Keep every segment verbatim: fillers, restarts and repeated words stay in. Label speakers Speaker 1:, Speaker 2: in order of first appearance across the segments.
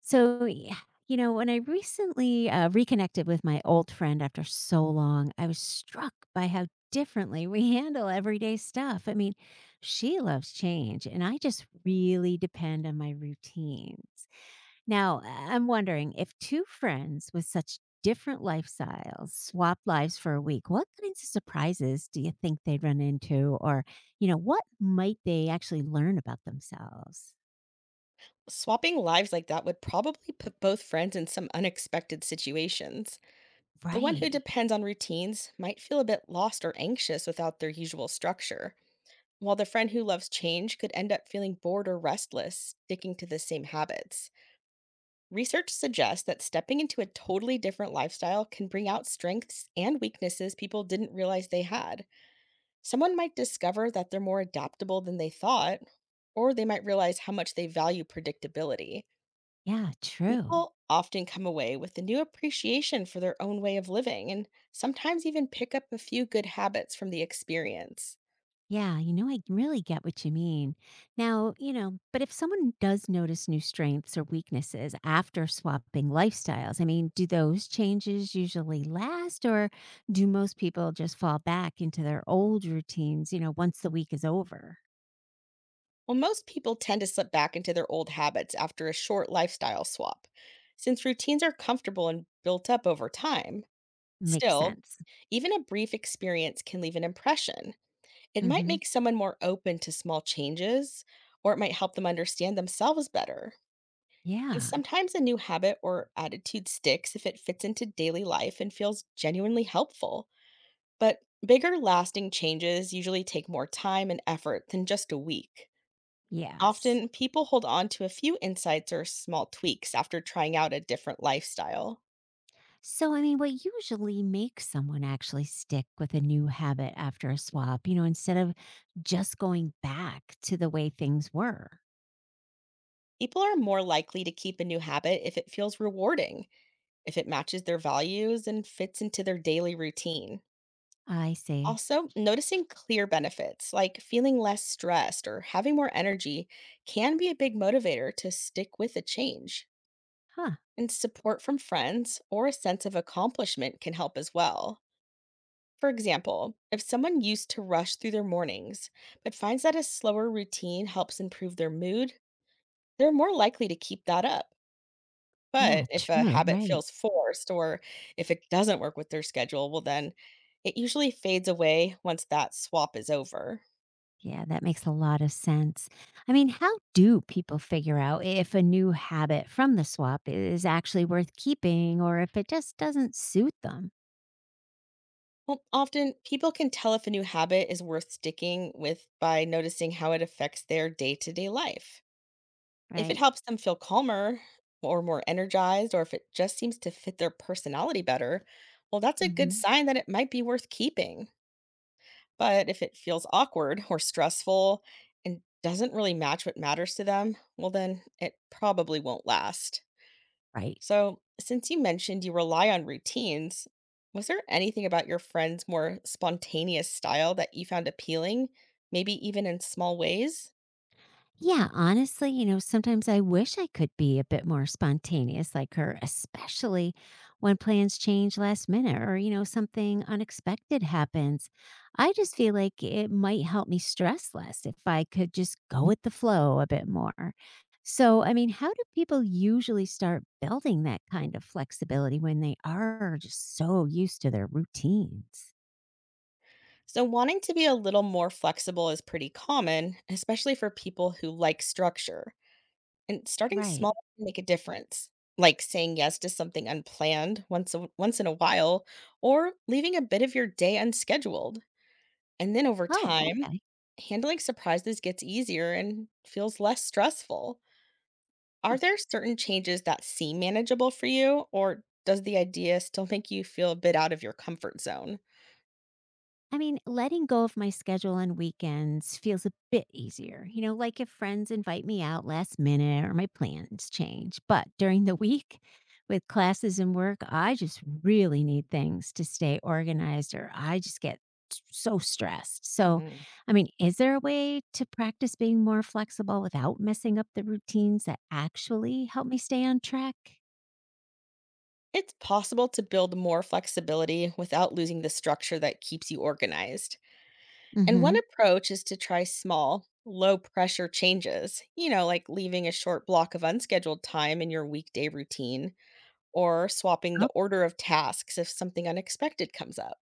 Speaker 1: So, yeah, you know, when I recently uh, reconnected with my old friend after so long, I was struck by how differently we handle everyday stuff. I mean, she loves change, and I just really depend on my routines. Now, I'm wondering if two friends with such different lifestyles swap lives for a week, what kinds of surprises do you think they'd run into? Or, you know, what might they actually learn about themselves?
Speaker 2: Swapping lives like that would probably put both friends in some unexpected situations. The one who
Speaker 1: Right.
Speaker 2: depends on routines might feel a bit lost or anxious without their usual structure, while the friend who loves change could end up feeling bored or restless, sticking to the same habits. Research suggests that stepping into a totally different lifestyle can bring out strengths and weaknesses people didn't realize they had. Someone might discover that they're more adaptable than they thought, or they might realize how much they value predictability.
Speaker 1: Yeah, true.
Speaker 2: People often come away with a new appreciation for their own way of living and sometimes even pick up a few good habits from the experience.
Speaker 1: Yeah, you know, I really get what you mean. Now, you know, but if someone does notice new strengths or weaknesses after swapping lifestyles, I mean, do those changes usually last or do most people just fall back into their old routines, you know, once the week is over?
Speaker 2: Well, most people tend to slip back into their old habits after a short lifestyle swap, since routines are comfortable and built up over time.
Speaker 1: Makes
Speaker 2: Still,
Speaker 1: sense.
Speaker 2: even a brief experience can leave an impression. It might
Speaker 1: Hmm.
Speaker 2: make someone more open to small changes, or it might help them understand themselves better. And
Speaker 1: Yeah.
Speaker 2: sometimes a new habit or attitude sticks if it fits into daily life and feels genuinely helpful. But bigger, lasting changes usually take more time and effort than just a week.
Speaker 1: Yes.
Speaker 2: Often, people hold on to a few insights or small tweaks after trying out a different lifestyle.
Speaker 1: So, I mean, what usually makes someone actually stick with a new habit after a swap, you know, instead of just going back to the way things were?
Speaker 2: People are more likely to keep a new habit if it feels rewarding, if it matches their values, and fits into their daily routine.
Speaker 1: I see.
Speaker 2: Also, noticing clear benefits like feeling less stressed or having more energy can be a big motivator to stick with a change.
Speaker 1: Huh,
Speaker 2: And support from friends or a sense of accomplishment can help as well. For example, if someone used to rush through their mornings but finds that a slower routine helps improve their mood, they're more likely to keep that up.
Speaker 1: yeah,
Speaker 2: But if a
Speaker 1: true,
Speaker 2: habit
Speaker 1: right.
Speaker 2: feels forced or if it doesn't work with their schedule, well, then it usually fades away once that swap is over.
Speaker 1: Yeah, that makes a lot of sense. I mean, how do people figure out if a new habit from the swap is actually worth keeping or if it just doesn't suit them,
Speaker 2: Well, often people can tell if a new habit is worth sticking with by noticing how it affects their day to day life. If it
Speaker 1: right?
Speaker 2: helps them feel calmer or more energized, or if it just seems to fit their personality better, well, that's a good
Speaker 1: Hmm.
Speaker 2: sign that it might be worth keeping. But if it feels awkward or stressful and doesn't really match what matters to them, well, then it probably won't last.
Speaker 1: Right.
Speaker 2: So, since you mentioned you rely on routines, was there anything about your friend's more spontaneous style that you found appealing, maybe even in small ways?
Speaker 1: Yeah, honestly, you know, sometimes I wish I could be a bit more spontaneous like her, especially when plans change last minute or, you know, something unexpected happens. I just feel like it might help me stress less if I could just go with the flow a bit more. So, I mean, how do people usually start building that kind of flexibility when they are just so used to their routines?
Speaker 2: So, wanting to be a little more flexible is pretty common, especially for people who like structure. And starting small
Speaker 1: Right.
Speaker 2: can make a difference, like saying yes to something unplanned once a, once in a while or leaving a bit of your day unscheduled. And then over
Speaker 1: Oh,
Speaker 2: time,
Speaker 1: okay.
Speaker 2: handling surprises gets easier and feels less stressful.
Speaker 1: Huh.
Speaker 2: Are there certain changes that seem manageable for you, or does the idea still make you feel a bit out of your comfort zone?
Speaker 1: I mean, letting go of my schedule on weekends feels a bit easier. You know, like if friends invite me out last minute or my plans change. But during the week with classes and work, I just really need things to stay organized or I just get s- so stressed. So,
Speaker 2: Mhm.
Speaker 1: I mean, is there a way to practice being more flexible without messing up the routines that actually help me stay on track?
Speaker 2: It's possible to build more flexibility without losing the structure that keeps you organized. And one
Speaker 1: Mhm.
Speaker 2: approach is to try small, low pressure changes, you know, like leaving a short block of unscheduled time in your weekday routine or swapping the order of tasks if something unexpected comes up.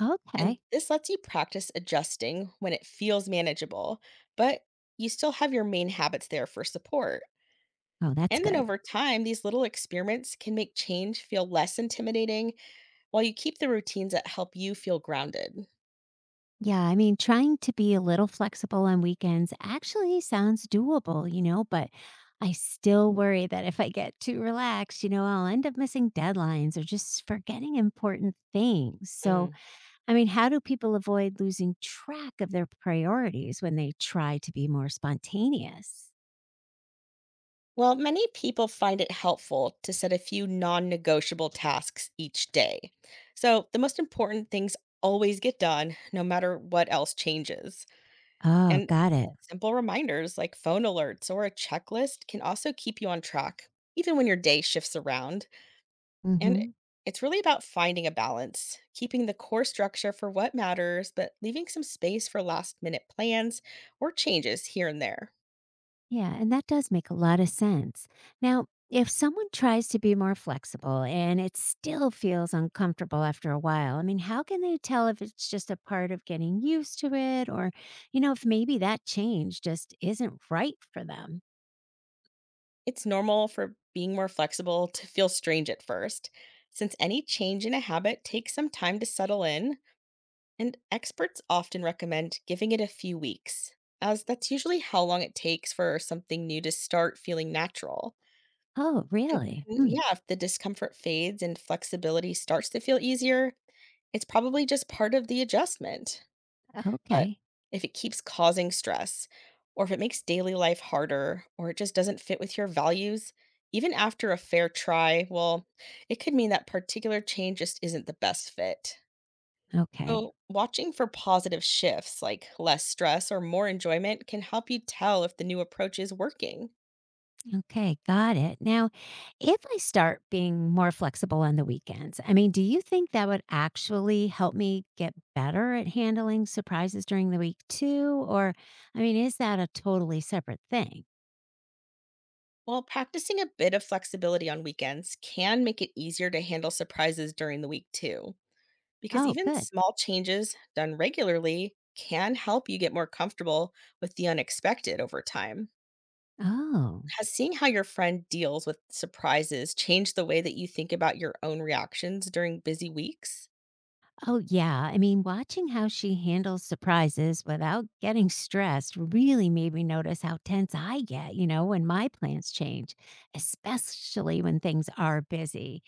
Speaker 1: Oh,
Speaker 2: And
Speaker 1: okay.
Speaker 2: this lets you practice adjusting when it feels manageable, but you still have your main habits there for support.
Speaker 1: Oh, that's
Speaker 2: And then
Speaker 1: good.
Speaker 2: over time, these little experiments can make change feel less intimidating while you keep the routines that help you feel grounded.
Speaker 1: Yeah, I mean, trying to be a little flexible on weekends actually sounds doable, you know, but I still worry that if I get too relaxed, you know, I'll end up missing deadlines or just forgetting important things. So,
Speaker 2: Mm.
Speaker 1: I mean, how do people avoid losing track of their priorities when they try to be more spontaneous?
Speaker 2: Well, many people find it helpful to set a few non negotiable tasks each day. So the most important things always get done, no matter what else changes.
Speaker 1: Oh,
Speaker 2: And
Speaker 1: got it.
Speaker 2: simple reminders like phone alerts or a checklist can also keep you on track, even when your day shifts around.
Speaker 1: Mm
Speaker 2: And
Speaker 1: hmm.
Speaker 2: it's really about finding a balance, keeping the core structure for what matters, but leaving some space for last minute plans or changes here and there.
Speaker 1: Yeah, and that does make a lot of sense. Now, if someone tries to be more flexible and it still feels uncomfortable after a while, I mean, how can they tell if it's just a part of getting used to it or, you know, if maybe that change just isn't right for them?
Speaker 2: It's normal for being more flexible to feel strange at first, since any change in a habit takes some time to settle in. And experts often recommend giving it a few weeks, as that's usually how long it takes for something new to start feeling natural.
Speaker 1: Oh,
Speaker 2: And
Speaker 1: really?
Speaker 2: then,
Speaker 1: Hmm.
Speaker 2: yeah, if the discomfort fades and flexibility starts to feel easier, it's probably just part of the adjustment. But
Speaker 1: Okay.
Speaker 2: if it keeps causing stress, or if it makes daily life harder, or it just doesn't fit with your values, even after a fair try, well, it could mean that particular change just isn't the best fit.
Speaker 1: Okay.
Speaker 2: So, watching for positive shifts like less stress or more enjoyment can help you tell if the new approach is working.
Speaker 1: Okay, got it. Now, if I start being more flexible on the weekends, I mean, do you think that would actually help me get better at handling surprises during the week too? Or, I mean, is that a totally separate thing?
Speaker 2: While practicing a bit of flexibility on weekends can make it easier to handle surprises during the week, too, because
Speaker 1: Oh,
Speaker 2: even
Speaker 1: good.
Speaker 2: small changes done regularly can help you get more comfortable with the unexpected over time.
Speaker 1: Oh,
Speaker 2: Has seeing how your friend deals with surprises changed the way that you think about your own reactions during busy weeks?
Speaker 1: oh, yeah. I mean, watching how she handles surprises without getting stressed really made me notice how tense I get, you know, when my plans change, especially when things are busy.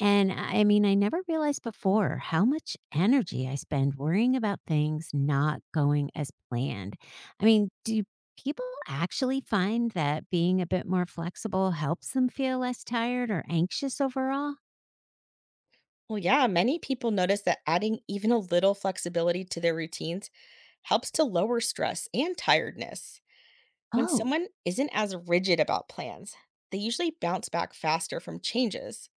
Speaker 1: And I I mean, I never realized before how much energy I spend worrying about things not going as planned. I mean, do people actually find that being a bit more flexible helps them feel less tired or anxious overall?
Speaker 2: Well, yeah, many people notice that adding even a little flexibility to their routines helps to lower stress and tiredness. When
Speaker 1: Oh,
Speaker 2: someone isn't as rigid about plans, they usually bounce back faster from changes,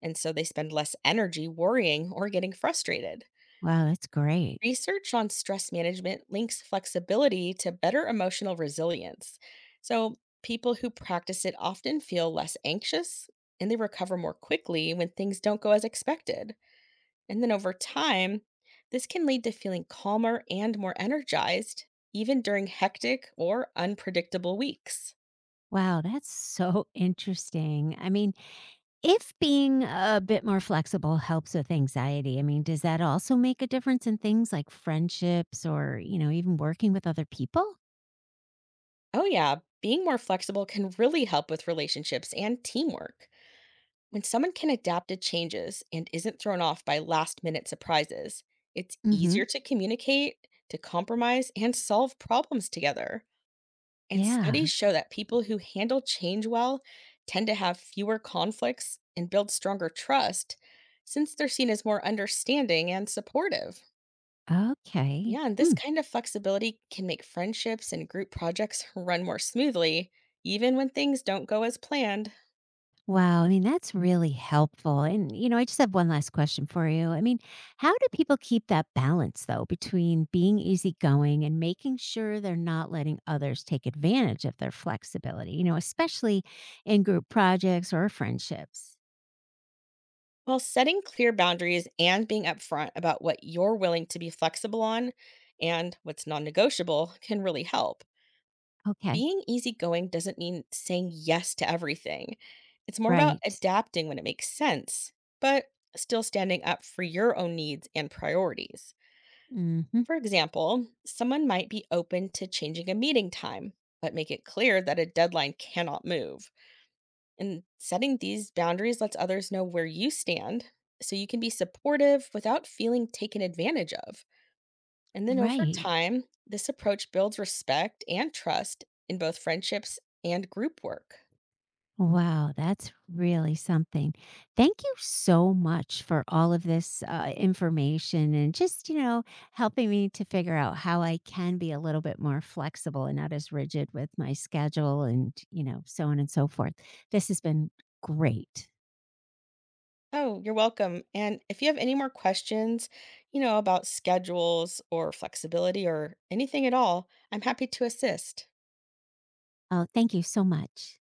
Speaker 2: and so they spend less energy worrying or getting frustrated.
Speaker 1: wow, that's great.
Speaker 2: Research on stress management links flexibility to better emotional resilience. So, people who practice it often feel less anxious and they recover more quickly when things don't go as expected. And then over time, this can lead to feeling calmer and more energized, even during hectic or unpredictable weeks.
Speaker 1: Wow, that's so interesting. I mean, if being a bit more flexible helps with anxiety, I mean, does that also make a difference in things like friendships or, you know, even working with other people?
Speaker 2: Oh, yeah, being more flexible can really help with relationships and teamwork. When someone can adapt to changes and isn't thrown off by last minute surprises, it's
Speaker 1: Mhm.
Speaker 2: easier to communicate, to compromise, and solve problems together. And
Speaker 1: Yeah.
Speaker 2: studies show that people who handle change well tend to have fewer conflicts and build stronger trust since they're seen as more understanding and supportive.
Speaker 1: Okay.
Speaker 2: Yeah, and this
Speaker 1: Mm.
Speaker 2: kind of flexibility can make friendships and group projects run more smoothly, even when things don't go as planned.
Speaker 1: Wow. I mean, that's really helpful. And, you know, I just have one last question for you. I mean, how do people keep that balance, though, between being easygoing and making sure they're not letting others take advantage of their flexibility, you know, especially in group projects or friendships?
Speaker 2: While setting clear boundaries and being upfront about what you're willing to be flexible on and what's non negotiable can really help.
Speaker 1: Okay.
Speaker 2: Being easygoing doesn't mean saying yes to everything. It's more about
Speaker 1: Right.
Speaker 2: adapting when it makes sense, but still standing up for your own needs and priorities.
Speaker 1: Hmm.
Speaker 2: For example, someone might be open to changing a meeting time, but make it clear that a deadline cannot move. And setting these boundaries lets others know where you stand so you can be supportive without feeling taken advantage of. And then over
Speaker 1: Right.
Speaker 2: time, this approach builds respect and trust in both friendships and group work.
Speaker 1: Wow, that's really something. Thank you so much for all of this uh, information and just, you know, helping me to figure out how I can be a little bit more flexible and not as rigid with my schedule and, you know, so on and so forth. This has been great.
Speaker 2: Oh, you're welcome. And if you have any more questions, you know, about schedules or flexibility or anything at all, I'm happy to assist.
Speaker 1: Oh, thank you so much.